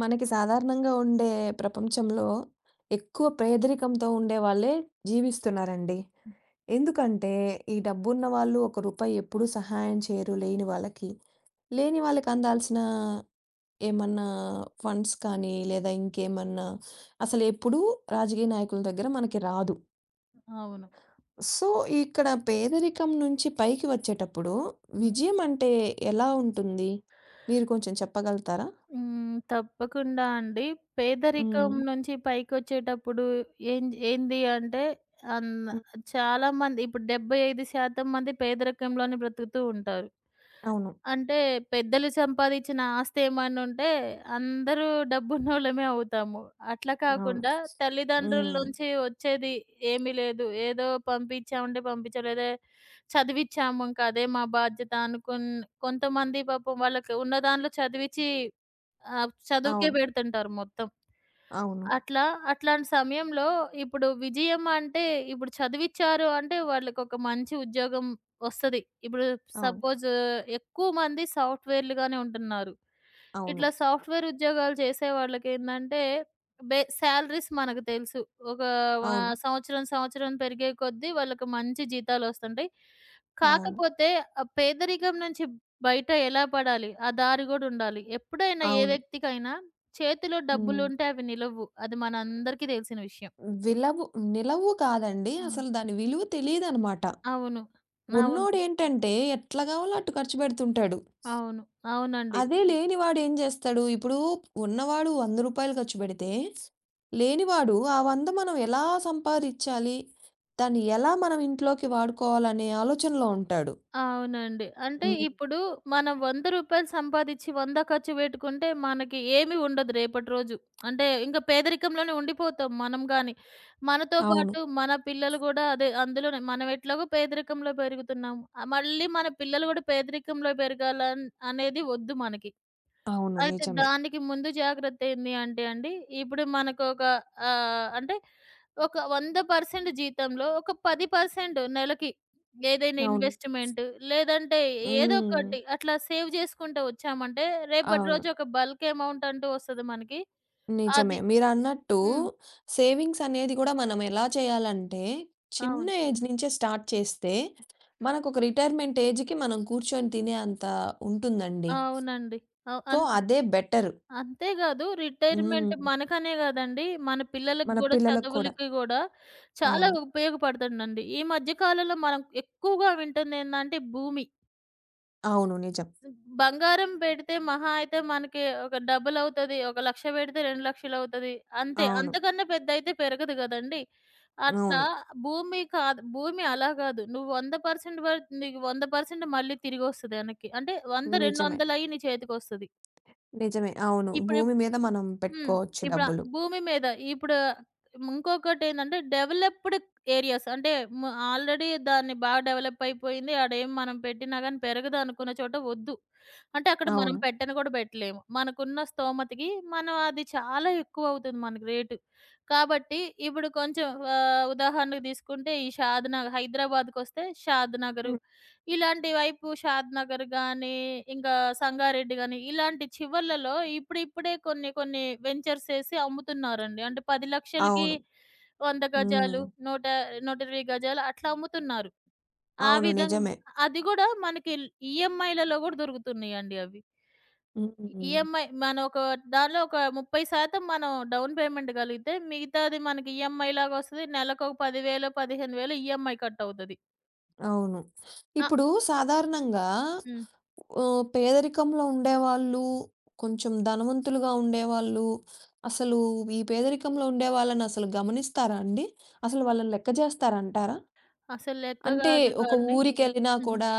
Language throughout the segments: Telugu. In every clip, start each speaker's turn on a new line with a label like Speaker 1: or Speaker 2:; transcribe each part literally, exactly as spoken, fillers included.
Speaker 1: మనకి సాధారణంగా ఉండే ప్రపంచంలో ఎక్కువ పేదరికంతో ఉండేవాళ్ళే జీవిస్తున్నారండి. ఎందుకంటే ఈ డబ్బున్న వాళ్ళు ఒక రూపాయి ఎప్పుడూ సహాయం చేయరు లేని వాళ్ళకి. లేని వాళ్ళకి అందాల్సిన ఏమన్నా ఫండ్స్ కానీ లేదా ఇంకేమన్నా అసలెప్పుడూ రాజకీయ నాయకుల దగ్గర మనకి రాదు.
Speaker 2: అవును.
Speaker 1: సో, ఇక్కడ పేదరికం నుంచి పైకి వచ్చేటప్పుడు
Speaker 2: హ్మ్.
Speaker 1: విజయం అంటే ఎలా ఉంటుంది? మీరు కొంచెం చెప్పగలుగుతారా?
Speaker 2: హ్మ్. తప్పకుండా అండి. పేదరికం
Speaker 1: హ్మ్.
Speaker 2: నుంచి పైకొచ్చేటప్పుడు ఏం ఏంది అంటే అన్
Speaker 1: హ్మ్.
Speaker 2: చాలా మంది ఇప్పుడు డెబ్బై ఐదు శాతం మంది పేదరికంలోనే బ్రతుకుతూ ఉంటారు.
Speaker 1: అవును.
Speaker 2: అంటే పెద్దలు సంపాదించిన ఆస్తేమన్నుంటే అందరూ డబ్బున్నోళ్ళమే అవుతాము. అట్లా
Speaker 1: అవును.
Speaker 2: కాకుండా తల్లిదండ్రుల
Speaker 1: హ్మ్.
Speaker 2: నుంచి వచ్చేది ఏమీ లేదు. ఏదో పంపించామంటే పంపించలేదే, చదివిచ్చాము ఇంక అదే మా బాధ్యత అనుకున్ కొంతమంది పాపం వాళ్ళకి ఉన్న దాంట్లో చదివిచ్చి ఆహ్, చదువుకే
Speaker 1: అవును.
Speaker 2: పెడుతుంటారు మొత్తం.
Speaker 1: అవును.
Speaker 2: అట్లా అట్లాంటి సమయంలో ఇప్పుడు విజయం అంటే ఇప్పుడు చదివిచ్చారు అంటే వాళ్ళకొక మంచి ఉద్యోగం వస్తది. ఇప్పుడు
Speaker 1: అవును.
Speaker 2: సపోజ్ ఎక్కువ మంది సాఫ్ట్‌వేర్‌లుగానే ఉంటున్నారు.
Speaker 1: అవును.
Speaker 2: ఇట్లా సాఫ్ట్‌వేర్ ఉద్యోగాలు చేసే వాళ్ళకేందంటే, బే సాలరీస్ మనకు తెలుసు. ఒక
Speaker 1: అవును.
Speaker 2: ఆహ్, సంవత్సరం, సంవత్సరం పెరిగే కొద్దీ వాళ్ళకి మంచి జీతాలొస్తుంటాయి.
Speaker 1: అవును.
Speaker 2: కాకపోతే ఆ పేదరికం నుంచి బయట ఎలా పడాలి? ఆ దారి గూడా ఉండాలి. ఎప్పుడైనా ఏ
Speaker 1: అవును.
Speaker 2: వ్యక్తికైనా చేతిలో
Speaker 1: హ్మ్.
Speaker 2: డబ్బులుంటే అవి నిలవ్వు. అది మనందరికీ తెలిసిన విషయం.
Speaker 1: విలవు నిలవు కాదండి.
Speaker 2: హ్మ్.
Speaker 1: అసలు దాని విలువ తెలీదనమాట.
Speaker 2: అవును. అవును.
Speaker 1: ఉన్నోడేంటంటే ఎట్లా కావాలో అటు ఖర్చు పెడుతుంటాడు.
Speaker 2: అవును. అవునండి.
Speaker 1: అదే లేనివాడు ఏం చేస్తాడు? ఇప్పుడు ఉన్నవాడు రూ. వంద రూపాయలు ఖర్చు పెడితే, లేనివాడు ఆ వంద మనం ఎలా సంపాదించాలి, దాన్ని ఎలా మనం ఇంట్లోకి వాడుకోవాలనే ఆలోచనలో ఉంటాడు.
Speaker 2: అవునండి. అంటే
Speaker 1: హ్మ్.
Speaker 2: ఇప్పుడు మనం రూ. వంద సంపాదిచ్చి వంద ఖర్చు పెట్టుకుంటే మనకి ఏమి ఉండదు రేపటి రోజు. అంటే ఇంక పేదరికంలోనే ఉండిపోతాం మనం గాని. మనతో
Speaker 1: అవును.
Speaker 2: పాటు మన పిల్లలు గూడా అదే అందులోనే మనం ఎట్లాగో పేదరికంలో పెరుగుతున్నాము. ఆహ్, మళ్ళీ మన పిల్లలు గూడా పేదరికంలో పెరగాలన్ అనేది ఒద్దు మనకి.
Speaker 1: అవును.
Speaker 2: అయితే
Speaker 1: నిజమే.
Speaker 2: దానికి ముందు జాగ్రత్త ఏంది అంటే అండి, ఇప్పుడు మనకొక ఆహ్, అంటే ఒక వంద శాతం జీతంలో ఒక పది శాతం నెలకి ఏదైనా
Speaker 1: అవును.
Speaker 2: ఇన్వెస్ట్‌మెంట్ లేదంటే ఏదో
Speaker 1: హ్మ్.
Speaker 2: ఒకటి అట్లా సేవ్ చేసుకుంటూ వచ్చామంటే రేపటి
Speaker 1: అవును.
Speaker 2: రోజు ఒక బల్క్ అమౌంట్ అంటూ వస్తది మనకి.
Speaker 1: నిజమే.
Speaker 2: అది
Speaker 1: మీరన్నట్టు
Speaker 2: హ్మ్.
Speaker 1: సేవింగ్స్ అనేది గూడా మనం ఎలా చేయాలంటే, చిన్న
Speaker 2: అవును.
Speaker 1: ఏజ్ నుంచే స్టార్ట్ చేస్తే, మనకొక రిటైర్మెంట్ ఏజ్‌కి మనం కూర్చొని తినే అంత ఉంటుందండి.
Speaker 2: అవునండి. అవ్
Speaker 1: సో,
Speaker 2: అన్
Speaker 1: అదే బెటరు.
Speaker 2: అంతే గాదు. రిటైర్మెంట్
Speaker 1: హ్మ్.
Speaker 2: మనకనే గాదండి. మన పిల్లలకి
Speaker 1: మన
Speaker 2: గూడా,
Speaker 1: పిల్లలకు కూడా.
Speaker 2: చదువులకి గూడా చాలా
Speaker 1: అవును.
Speaker 2: ఉపయోగపడుతుందండి. ఈ మధ్య కాలంలో మనం ఎక్కువగా వింటుందేందంటే భూమి.
Speaker 1: అవును. నిజం.
Speaker 2: బంగారం పెడితే మహా అయితే మనకి ఒక డబుల్ అవుతది. ఒక 1,లక్ష పెడితే రెండు,లక్షలు అవుతది. అంతే.
Speaker 1: అవును.
Speaker 2: అంతకన్నా పెద్దయితే పెరగదు గదండీ! అట్లా
Speaker 1: అవును.
Speaker 2: భూమి కాదు భూమి అలా గాదు. నువ్వు వంద శాతం వర్ నీకు వంద శాతం మళ్ళీ తిరిగొస్తది ఎనక్కి. అంటే వంద,
Speaker 1: నిజమే.
Speaker 2: రెండు వందలు అయ్యి నీ చేతికొస్తది.
Speaker 1: నిజమే. అవును.
Speaker 2: ఇప్పుడు
Speaker 1: భూమి మీద మనం
Speaker 2: హ్మ్.
Speaker 1: పెట్టుకోవచ్చు
Speaker 2: ఇప్పుడు ఆ
Speaker 1: డబ్బులు.
Speaker 2: భూమి మీద ఇప్పుడు ఇంకొకటేందంటే డెవలప్‌డ్ ఏరియాస్ అంటే ము ఆల్రెడీ దాన్ని బాగా డెవలప్ అయిపోయింది. ఆడేం మనం పెట్టినా గాని పెరగదనుకున్న చోట వద్దు. అంటే అక్కడ మనం
Speaker 1: అవును.
Speaker 2: పెట్టను కూడా పెట్టలేము. మనకున్న స్తోమతకి మనం అది చాలా ఎక్కువవుతుంది మనకి రేటు. కాబట్టి ఇప్పుడు కొంచెం ఆహ్, ఉదాహరణకు తీసుకుంటే ఈ షాద్ నగర్ హైదరాబాద్‌కొస్తే షాద్ నగరు.
Speaker 1: హ్మ్.
Speaker 2: ఇలాంటి వైపు షాద్ నగర్ గానీ, ఇంకా సంగారెడ్డి గానీ, ఇలాంటి చివర్లలో ఇప్పుడిప్పుడే కొన్ని కొన్ని వెంచర్స్ ఏసి అమ్ముతున్నారండి. అంటే పది,00,000కి
Speaker 1: అవును.
Speaker 2: వంద
Speaker 1: హ్మ్.
Speaker 2: గజాలు, నూట 120 గజాలు అట్లా అమ్ముతున్నారు. ఆ
Speaker 1: అవును.
Speaker 2: విధం
Speaker 1: నిజమే.
Speaker 2: అది గూడా మనకి ఈఎంఐలలో గూడా దొరుకుతున్నాయండి అవి.
Speaker 1: హ్మ్.
Speaker 2: ఈఎంఐ మనం ఒక దానిలో ఒక ముప్పై శాతం మనం డౌన్ పేమెంట్ గలిగితే మిగతాది మనకి ఈఎంఐ లాగొస్తది. నెలకొక పది వేలు, పదిహేను వేలు ఈఎంఐ కట్ అవుతది.
Speaker 1: అవును.
Speaker 2: ఆ!
Speaker 1: ఇప్పుడు సాధారణంగా
Speaker 2: హ్మ్.
Speaker 1: ఆహ్, పేదరికంలో ఉండేవాళ్ళు, కొంచెం ధనవంతులుగా ఉండేవాళ్ళు, అసలు ఈ పేదరికంలో ఉండేవాళ్ళని అసలు గమనిస్తారా అండి? అసలు వాళ్ళని లెక్క జేస్తారంటారా?
Speaker 2: అసలు లెక్క
Speaker 1: అంటే
Speaker 2: గాదు
Speaker 1: ఒక
Speaker 2: కాండి.
Speaker 1: ఊరికెళ్ళినా
Speaker 2: హుహు.
Speaker 1: కూడా,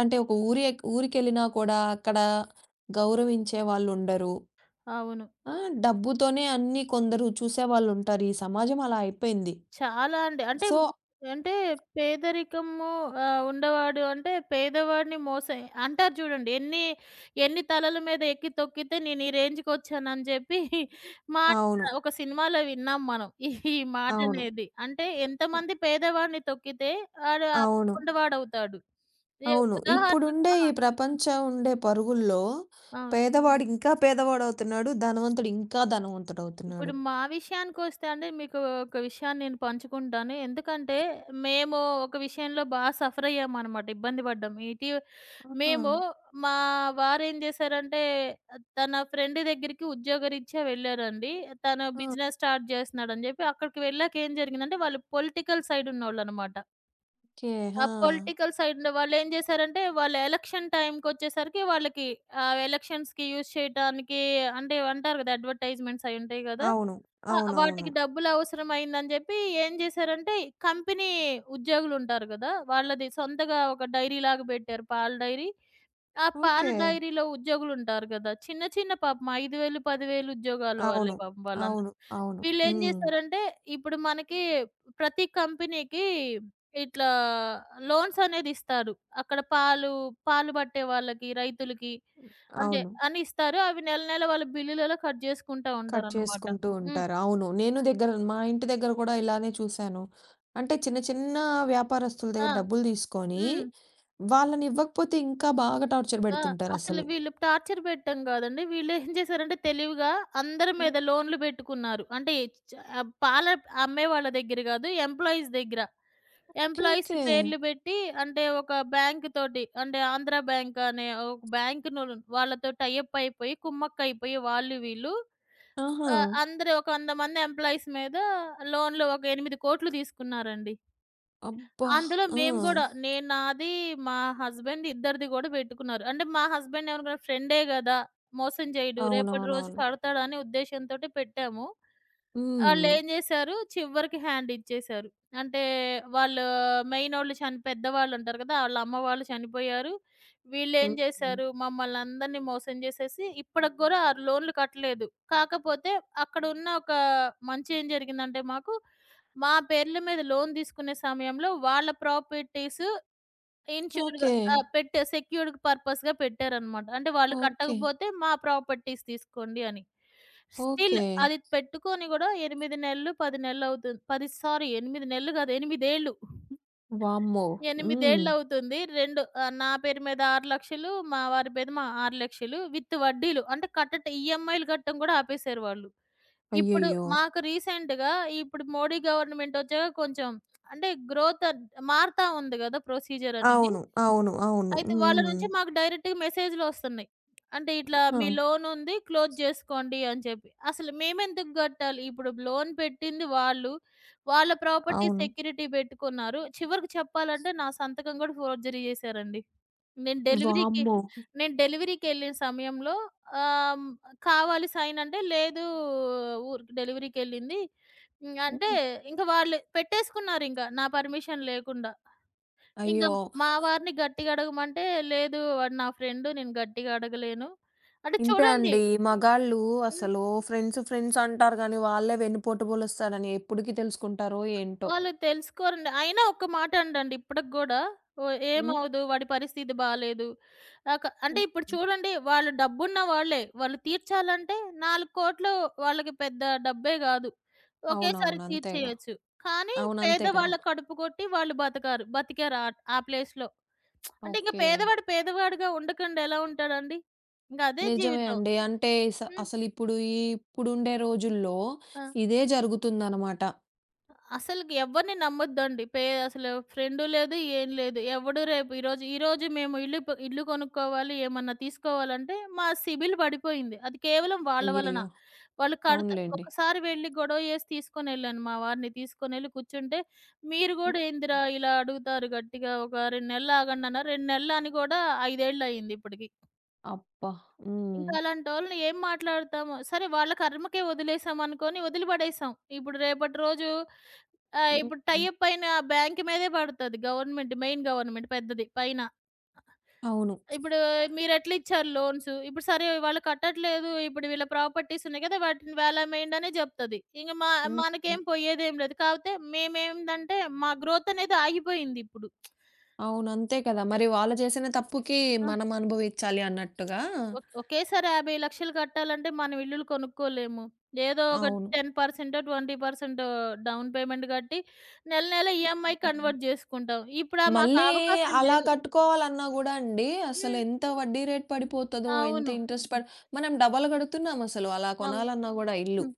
Speaker 1: అంటే ఒక ఊరి ఊరికెళ్ళినా కూడా అక్కడ గౌరవించే వాళ్ళుండరు.
Speaker 2: అవును.
Speaker 1: ఆ! డబ్బుతోనే అన్నీ కొందరు చూసేవాళ్ళుంటారు. ఈ సమాజం అలా అయిపోయింది.
Speaker 2: చాలా అండి. అంటే
Speaker 1: సో,
Speaker 2: ము అంటే పేదరికము ఆహ్, ఉండేవాడు అంటే పేదవాడిని మోసే అంటారు చూడండి. ఎన్ని ఎన్ని తలల మీద ఎక్కి తొక్కితే నేను ఈ రేంజ్‌కొచ్చానని చెప్పి మాట
Speaker 1: అవును.
Speaker 2: ఒక సినిమాలో విన్నాం మనం. ఈ ఈ
Speaker 1: అవును.
Speaker 2: మాటనేది. అంటే ఎంతమంది పేదవాడిని తొక్కితే ఆడు ఆ
Speaker 1: అవును.
Speaker 2: ఉండవాడవుతాడు. ఏ
Speaker 1: అవును.
Speaker 2: ఉదాహరణకు
Speaker 1: ఇప్పుడుండే
Speaker 2: ఆ!
Speaker 1: ఈ ప్రపంచం ఉండే పరుగుల్లో
Speaker 2: అవును.
Speaker 1: పేదవాడు ఇంకా పేదవాడవుతున్నాడు. ధనవంతుడు ఇంకా ధనవంతుడవుతున్నాడు.
Speaker 2: ఇప్పుడు మా విషయానికొస్తే అండి మీకు ఒక విషయాన్ని నేను పంచుకుంటాను. ఎందుకంటే మేము ఒక విషయంలో బాగా సఫర్ అయ్యామనమాట. ఇబ్బంది పడ్డాం. ఇటీ
Speaker 1: ఆహా!
Speaker 2: మేము మా వారేం చేశారంటే తన ఫ్రెండ్ దగ్గరికి ఉద్యోగరీత్యా వెళ్లారండి. తను
Speaker 1: ఆ!
Speaker 2: బిజినెస్ స్టార్ట్ చేస్తున్నాడని చెప్పి అక్కడికి వెళ్ళాక ఏం జరిగిందంటే వాళ్ళు పొలిటికల్ సైడ్ ఉన్నోళ్ళనమాట.
Speaker 1: ఓకే.
Speaker 2: ఆ
Speaker 1: ఆ!
Speaker 2: పొలిటికల్ సైడ్ వాళ్ళేం చేశారంటే వాళ్ళు ఎలక్షన్ టైమ్‌కొచ్చేసరికి వాళ్ళకి ఆహ్, ఎలక్షన్స్‌కి యూజ్ చేయటానికి అంటే అంటారు కదా! అడ్వర్టైజ్‌మెంట్స్ అయ్యుంటాయి కదా!
Speaker 1: అవును.
Speaker 2: ఆ!
Speaker 1: అవునవును.
Speaker 2: వాటికి డబ్బులవసరమైందని జెప్పి ఏం జేశారంటే, కంపెనీ ఉద్యోగులుంటారు గదా! వాళ్ళది సొంతగా ఒక డైరీ లాగా బెట్టారు. పాల డైరీ. ఆ పాల
Speaker 1: ఓకే.
Speaker 2: డైరీలో ఉద్యోగులుంటారు గదా! చిన్న చిన్న పాపం ఐదు వేలు, పది వేలు ఉద్యోగాలు వాళ్ళే
Speaker 1: అవును.
Speaker 2: పాపం వాళ్ళందరూ.
Speaker 1: అవును. అవును.
Speaker 2: వీళ్ళేం
Speaker 1: హ్మ్.
Speaker 2: జేశారంటే, ఇప్పుడు మనకి ప్రతి కంపెనీకి ఇట్లా లోన్స్ అనేదిస్తారు. అక్కడ పాలు, పాలు బట్టే వాళ్ళకి, రైతులకి అంటే
Speaker 1: అవును.
Speaker 2: అని ఇస్తారు. అవి నెల నెల వాళ్ళ బిల్లులలో కట్ జేసుకుంటా
Speaker 1: కట్
Speaker 2: ఉంటారనమాట.
Speaker 1: చేసుకుంటూ
Speaker 2: హ్మ్.
Speaker 1: ఉంటారు. అవును. నేను దగ్గర మా ఇంటి దగ్గర కూడా ఇలానే చూసాను. అంటే చిన్న చిన్న వ్యాపారస్తుల
Speaker 2: ఆ!
Speaker 1: దగ్గర డబ్బులు తీసుకొని,
Speaker 2: హ్మ్.
Speaker 1: వాళ్ళనివ్వకపోతే ఇంకా బాగా టార్చర్
Speaker 2: ఆ! అసలు
Speaker 1: పెడుతుంటారసలు.
Speaker 2: వీళ్ళు టార్చర్ పెట్టడం గాదండి. వీళ్ళేం చేశారంటే తెలివిగా అందరి
Speaker 1: ఓకే.
Speaker 2: మీద లోన్‌లు పెట్టుకున్నారు. అంటే చ ఆహ్, పాల అమ్మే వాళ్ళ దగ్గర గాదు. ఎంప్లాయీస్ దగ్గర. Employees
Speaker 1: okay.
Speaker 2: పేర్లు పెట్టి అంటే ఒక బ్యాంక్ తోటి అంటే ఆంధ్ర బ్యాంక్ అనే ఒక బ్యాంక్‌ను వాళ్ళతో టై అప్ అయిపోయి, కుమ్మక్కయిపోయి వాళ్ళు వీళ్ళు
Speaker 1: ఆహా!
Speaker 2: ఆహ్, అందరూ ఒక వంద మంది ఎంప్లాయీస్ మీద లోన్‌లు ఒక ఎనిమిది,00,కోట్లు తీసుకున్నారండి.
Speaker 1: అబ్బా!
Speaker 2: అందులో
Speaker 1: ఆ!
Speaker 2: మేము గూడా. నేను నాది, మా హస్బెండ్ ఇద్దరిది గూడా బెట్టుకున్నారు. అంటే మా హస్బెండ్ ఏమనుకున్నాడు ఫ్రెండే గదా! మోసం జేయడు. రేపటి రోజు
Speaker 1: అవునవునవును.
Speaker 2: కడతాడనే ఉద్దేశ్యంతోటి పెట్టాము.
Speaker 1: హ్మ్.
Speaker 2: ఆళ్ళేం జేశారు, చివరికి హ్యాండ్ ఇచ్చేశారు. అంటే వాళ్ళు మెయినోళ్ళు చని పెద్దవాళ్ళుంటారు గదా! ఆళ్ళ అమ్మ వాళ్ళు చనిపోయారు. వీళ్ళేం
Speaker 1: హ్మ్.
Speaker 2: జేశారు, మమ్మల్నందరిని మోసం జేసేసి ఇప్పటికి గూడా ఆ లోన్లు కట్టలేదు. కాకపోతే అక్కడున్న ఒక మంచి ఏం జరిగిందంటే మాకు మా పేర్ల మీద లోన్ తీసుకునే సమయంలో వాళ్ళ ప్రాపర్టీస్ ఇన్‌ష్యూర్‌గా
Speaker 1: ఓకే.
Speaker 2: ఆ! పెట్టే సెక్యూర్డ్ పర్పస్‌గా పెట్టారనమాట. అంటే వాళ్ళు
Speaker 1: ఓకే.
Speaker 2: కట్టకపోతే మా ప్రాపర్టీస్ తీసుకోండి అని. Still
Speaker 1: okay.
Speaker 2: అది పెట్టుకొని గూడా ఎనిమిది నెలలు, పది నెలలు అవుతుంది. పది సారీ ఎనిమిది నెలలు కాదు ఎనిమిది ఏళ్ళు.
Speaker 1: వామ్మో! హ్మ్.
Speaker 2: ఎనిమిదేళ్లవుతుంది. రెండు ఆహ్, నా పేరు మీద ఆరు,లక్షలు మా వారి మీద మా ఆరు,లక్షలు విత్ వడ్డీలు. అంటే కట్టట ఈఎంఐలు కట్టడం కూడా ఆపేశారు వాళ్ళు. ఇప్పుడు
Speaker 1: అయ్యయ్యో!
Speaker 2: మాకు రీసెంట్‌గా ఇప్పుడు మోడీ గవర్నమెంట్ వచ్చాక కొంచెం అంటే గ్రోత్ మారుతా ఉంది గదా! ప్రొసీజర్ అనేది.
Speaker 1: అవును. అవును. అవును.
Speaker 2: అయితే వాళ్ళ
Speaker 1: హ్మ్.
Speaker 2: నుంచి మాకు డైరెక్ట్‌గా మెసేజ్‌లొస్తున్నాయి. అంటే ఇట్లా
Speaker 1: ఆ!
Speaker 2: మీ లోన్ ఉంది క్లోజ్ చేసుకోండి అని చెప్పి. అసలు మేమెందుకు గట్టాలి? ఇప్పుడు లోన్ పెట్టింది వాళ్ళు. వాళ్ళ ప్రాపర్టీ
Speaker 1: అవును.
Speaker 2: సెక్యూరిటీ పెట్టుకున్నారు. చివరికి చెప్పాలంటే నా సంతకం కూడా ఫోర్జరీ చేశారండి. నేను డెలివరీకి
Speaker 1: వామ్మో!
Speaker 2: నేను డెలివరీకెళ్ళిన సమయంలో ఆహ్, హ్మ్, కావాలి సైన్ అంటే లేదు ఊరికే డెలివరీకెళ్ళింది. హ్మ్. అంటే
Speaker 1: హ్మ్.
Speaker 2: ఇంక వాళ్ళు పెట్టేసుకున్నారింక నా పర్మిషన్ లేకుండా. ఇంక
Speaker 1: అయ్యో!
Speaker 2: మా వారిని గట్టిగా అడగమంటే, లేదు వాడు నా ఫ్రెండు నేను గట్టిగా అడగలేను. అంటే
Speaker 1: ఇంతే
Speaker 2: చూడండి
Speaker 1: అండి. మగాళ్ళు
Speaker 2: హ్మ్.
Speaker 1: అసలు ఫ్రెండ్స్ ఫ్రెండ్స్ అంటారు గానీ, వాళ్ళే వెన్నుపోటు పొలుస్తారని ఎప్పుడికి తెలుసుకుంటారో ఏంటో.
Speaker 2: వాళ్ళు తెలుసుకోరండి. అయినా ఒక్క మాట అండండి ఇప్పటికి గూడా. ఓహ్!
Speaker 1: హ్మ్.
Speaker 2: ఏమవ్వదు వాడి పరిస్థితి బాలేదు. ఆహ్, క అంటే ఇప్పుడు
Speaker 1: హ్మ్.
Speaker 2: చూడండి వాళ్ళు డబ్బున్న వాళ్ళే. వాళ్ళు తీర్చాలంటే నాలుగు,00,కోట్లు వాళ్ళకి పెద్ద డబ్బే గాదు. ఒకేసారి
Speaker 1: అవునవును. అంతేగా.
Speaker 2: తీర్చేయొచ్చు. కానీ
Speaker 1: అవును. అంతే కదా!
Speaker 2: పేదవాళ్ళ కడుపు కొట్టి వాళ్ళు బతకారు. బతికారు ఆ ఆ ప్లేస్‌లో. అంటే ఇంక
Speaker 1: ఓకే.
Speaker 2: పేదవాడు పేదవాడుగా ఉండకుండా ఎలా ఉంటాడండి? ఇంక అదే
Speaker 1: నిజమే
Speaker 2: జీవితం.
Speaker 1: అండి. అంటే స
Speaker 2: హ్మ్.
Speaker 1: అసలిప్పుడు ఈ ఇప్పుడుండే రోజుల్లో
Speaker 2: ఆ!
Speaker 1: ఇదే జరుగుతుందనమాట.
Speaker 2: అసలు ఎవ్వరిని నమ్మొద్దండి. పే అసలు ఫ్రెండు లేదు, ఏం లేదు. ఎవడు రేపు ఈరోజు ఈరోజు మేము ఇల్లు ప ఇల్లు కొనుక్కోవాలి, ఏమన్నా తీసుకోవాలంటే మా సిబిల్ పడిపోయింది. అది కేవలం వాళ్ళ వలన.
Speaker 1: అయ్యయ్యో!
Speaker 2: వాళ్ళు కడత
Speaker 1: అవునులెండి.
Speaker 2: ఒకసారి వెళ్లి గొడవ చేసి తీసుకొనెళ్ళాను. మా వారిని తీసుకొనెళ్ళి కూర్చుంటే, "మీరు
Speaker 1: హ్మ్.
Speaker 2: గూడా ఏందిరా ఇలా అడుగుతారు గట్టిగా, ఒక రెండు నెలలు ఆగండన్నారు." రెండు నెలలు అని గూడా ఐదేళ్లయింది ఇప్పటికి.
Speaker 1: అబ్బా! హ్మ్.
Speaker 2: ఇంకా అలాంటోళ్ళని ఏం మాట్లాడతాము? సరే వాళ్ళ కర్మకే వదిలేసామనుకోని వదిలిపడేసాం. ఇప్పుడు రేపటి రోజు ఆహ్, ఇప్పుడు టై
Speaker 1: హ్మ్.
Speaker 2: అప్ అయిన బ్యాంక్ మీదే పడతది గవర్నమెంట్, మెయిన్ గవర్నమెంట్ పెద్దది పైన.
Speaker 1: అవును.
Speaker 2: ఇప్పుడు మీరెట్లా ఇచ్చారు లోన్స్? ఇప్పుడు సరే వాళ్ళు కట్టట్లేదు. ఇప్పుడు వీళ్ళ ప్రాపర్టీస్ ఉన్నాయి కదా! వాటిని వేలమేయండనే జెప్తది. ఇంక మా
Speaker 1: హ్మ్.
Speaker 2: మనకేం పోయేదేం లేదు. కాపోతే మేమేందంటే మా గ్రోత్ అనేది ఆగిపోయిందిప్పుడు.
Speaker 1: అవును. అంతే కదా! మరి వాళ్ళు చేసిన తప్పుకి
Speaker 2: ఆ!
Speaker 1: మనం అనుభవించాలి అన్నట్టుగా.
Speaker 2: ఒక్ ఒకేసారి ఐదు కోట్లు కట్టాలంటే మనం ఇల్లులు కొనుక్కోలేము. ఏదో ఒక
Speaker 1: అవును.
Speaker 2: పది శాతం, ఇరవై శాతం డౌన్ పేమెంట్ కట్టి నెల నెల ఈఎంఐ
Speaker 1: హ్మ్.
Speaker 2: కన్వర్ట్ జేసుకుంటాం. ఇప్పుడు ఆ మాకు
Speaker 1: మళ్ళీ
Speaker 2: ఆ అవకాశం
Speaker 1: అలా
Speaker 2: లేదు.
Speaker 1: కట్టుకోవాలన్నా గూడా అండి
Speaker 2: హ్మ్.
Speaker 1: అసలెంత వడ్డీ రేట్ పడిపోతదో, ఎంత
Speaker 2: అవును.
Speaker 1: ఇంట్రెస్ట్ పడి మనం డబల్ కడుతున్నామసలు అలా
Speaker 2: అవును.
Speaker 1: కొనాలన్నా గూడా ఇల్లు.
Speaker 2: హ్మ్.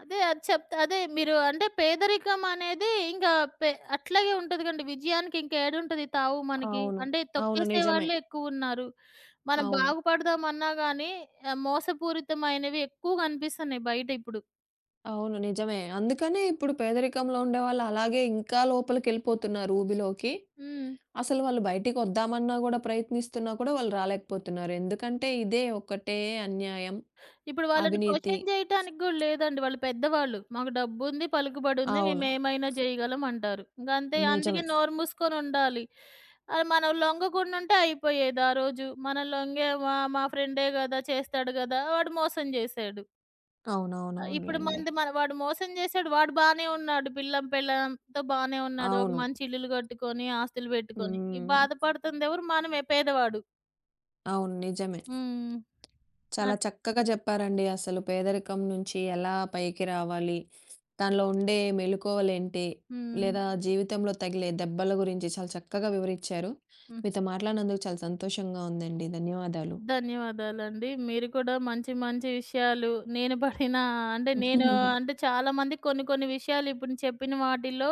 Speaker 2: అదే అది చెప్తా అదే మీరు అంటే పేదరికం అనేది ఇంకా పె అట్లాగే ఉంటది కండి. విజయానికి ఇంక ఏడుంటది తావు మనకి.
Speaker 1: అవును.
Speaker 2: అంటే
Speaker 1: అవును.
Speaker 2: తొక్కేసే
Speaker 1: నిజమే.
Speaker 2: వాళ్ళే ఎక్కువున్నారు. మనం
Speaker 1: అవును.
Speaker 2: బాగుపడదామన్నా గానీ ఆహ్, మోసపూరితమైనవి ఎక్కువ కనిపిస్తున్నాయి బయట ఇప్పుడు.
Speaker 1: అవును. నిజమే. అందుకనే ఇప్పుడు పేదరికంలో ఉండేవాళ్ళు అలాగే ఇంకా లోపలికెళ్ళిపోతున్నారు ఊబిలోకి.
Speaker 2: హ్మ్.
Speaker 1: అసలు వాళ్ళు బయటికొద్దామన్నా గూడా ప్రయత్నిస్తున్నా కూడా వాళ్ళు రాలేకపోతున్నారు. ఎందుకంటే ఇదే ఒకటే అన్యాయం,
Speaker 2: ఇప్పుడు వాళ్ళని
Speaker 1: అవినీతి.
Speaker 2: క్వెషన్ జేయటానికి గూడా లేదండి. వాళ్ళు పెద్దవాళ్ళు. మాకు డబ్బుంది, పలుకుబడుంది,
Speaker 1: అవును.
Speaker 2: మేమేమైనా జేయగలం అంటారు. ఇంకంతే
Speaker 1: నిజమే.
Speaker 2: అందుకే నోరు మూసుకొనుండాలి. ఆహ్, మనం లొంగకుండుంటే అయిపోయేది ఆ రోజు. మనం లొంగామా మా మా ఫ్రెండే గదా! చేస్తాడు గదా! వాడు మోసం జేశాడు. ఆహ్, ఇప్పుడు
Speaker 1: అవునవునవునులెండి.
Speaker 2: మంది మన వాడు మోసం జేశాడు. వాడు బానే ఉన్నాడు. పిల్లం పెళ్ళాంతో బానే ఉన్నాడు. ఒక
Speaker 1: అవును.
Speaker 2: మంచి ఇల్లులు గట్టుకొని, ఆస్తులు బెట్టుకొని. ఈ
Speaker 1: హ్మ్.
Speaker 2: బాధపడుతుందెవరు? మనమే పేదవాడు.
Speaker 1: అవును. నిజమే.
Speaker 2: హ్మ్.
Speaker 1: చాలా
Speaker 2: అట్
Speaker 1: చక్కగా చెప్పారండి. అసలు పేదరికం నుంచి ఎలా పైకి రావాలి? దానిలో ఉండే మెళకువలేంటి?
Speaker 2: హ్మ్.
Speaker 1: లేదా జీవితంలో తగిలే దెబ్బల గురించి చాలా చక్కగా వివరిచ్చారు.
Speaker 2: హ్మ్.
Speaker 1: మీతో మాట్లాడినందుకు చాలా సంతోషంగా ఉందండి. ధన్యవాదాలు.
Speaker 2: ధన్యవాదాలండి. మీరు కూడా మంచి మంచి విషయాలు నేను పడిన అంటే నేను అంటే చాలామందికి కొన్ని కొన్ని విషయాలు ఇప్పుడు చెప్పిన వాటిల్లో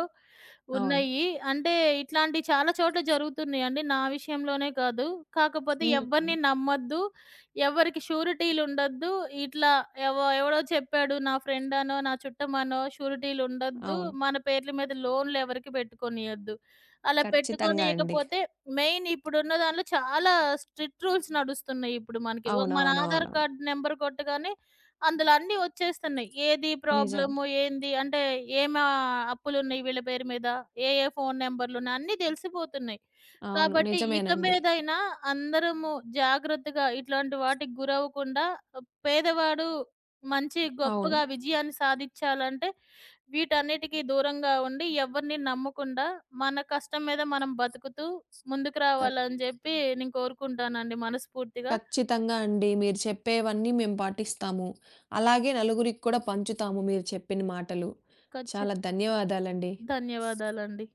Speaker 1: అవును.
Speaker 2: ఉన్నాయి. అంటే ఇట్లాంటివి చాలా చోట్ల జరుగుతున్నాయండి. నా విషయంలోనే కాదు. కాకపోతే
Speaker 1: హ్మ్.
Speaker 2: ఎవరిని నమ్మొద్దు. ఎవరికి షూరిటీలుండొద్దు. ఇట్లా ఎవ ఎవడో చెప్పాడు నా ఫ్రెండ్ అనో, నా చుట్టమనో షూరిటీలుండొద్దు.
Speaker 1: అవును.
Speaker 2: మన పేర్ల మీద లోన్‌లు ఎవరికీ పెట్టుకోనియొద్దు. అలా
Speaker 1: ఖచ్చితంగా అండి.
Speaker 2: పెట్టుకోనీయకపోతే మెయిన్ ఇప్పుడున్న దాంట్లో చాలా స్ట్రిక్ట్ రూల్స్ నడుస్తున్నాయి. ఇప్పుడు మనకి ఒక మన ఆధార్
Speaker 1: అవునవునవునవును.
Speaker 2: కార్డ్ నంబర్ కొట్టగానే అందులో అన్నీ వచ్చేస్తున్నాయి. ఏది
Speaker 1: నిజం.
Speaker 2: ప్రాబ్లము? ఏంది? అంటే ఏమి ఆహ్, అప్పులున్నాయి వీళ్ళ పేరు మీద? ఏ ఏ ఫోను నంబర్‌లున్నాయి? అన్నీ తెలిసిపోతున్నాయి.
Speaker 1: అవును.
Speaker 2: కాబట్టి ఇక
Speaker 1: నిజమేనండి.
Speaker 2: మీదైనా అందరము జాగ్రత్తగా ఇట్లాంటి వాటికి గురవ్వకుండా పేదవాడు మంచి
Speaker 1: అవును.
Speaker 2: గొప్పగా విజయాన్ని సాధిచ్చాలంటే వీటన్నిటికి దూరంగా ఉండి ఎవరిని నమ్మకుండా మన కష్టం మీద మనం బతుకుతూ ముందుకు
Speaker 1: ఖ
Speaker 2: రావాలని జెప్పి నేను కోరుకుంటానండి మనస్ఫూర్తిగా.
Speaker 1: ఖచ్చితంగా అండి. మీరు చెప్పేవన్నీ మేము పాటిస్తాము. అలాగే నలుగురికి కూడా పంచుతాము మీరు చెప్పిన మాటలు.
Speaker 2: ఖచ్చి
Speaker 1: చాలా ధన్యవాదాలండి.
Speaker 2: ధన్యవాదాలండి.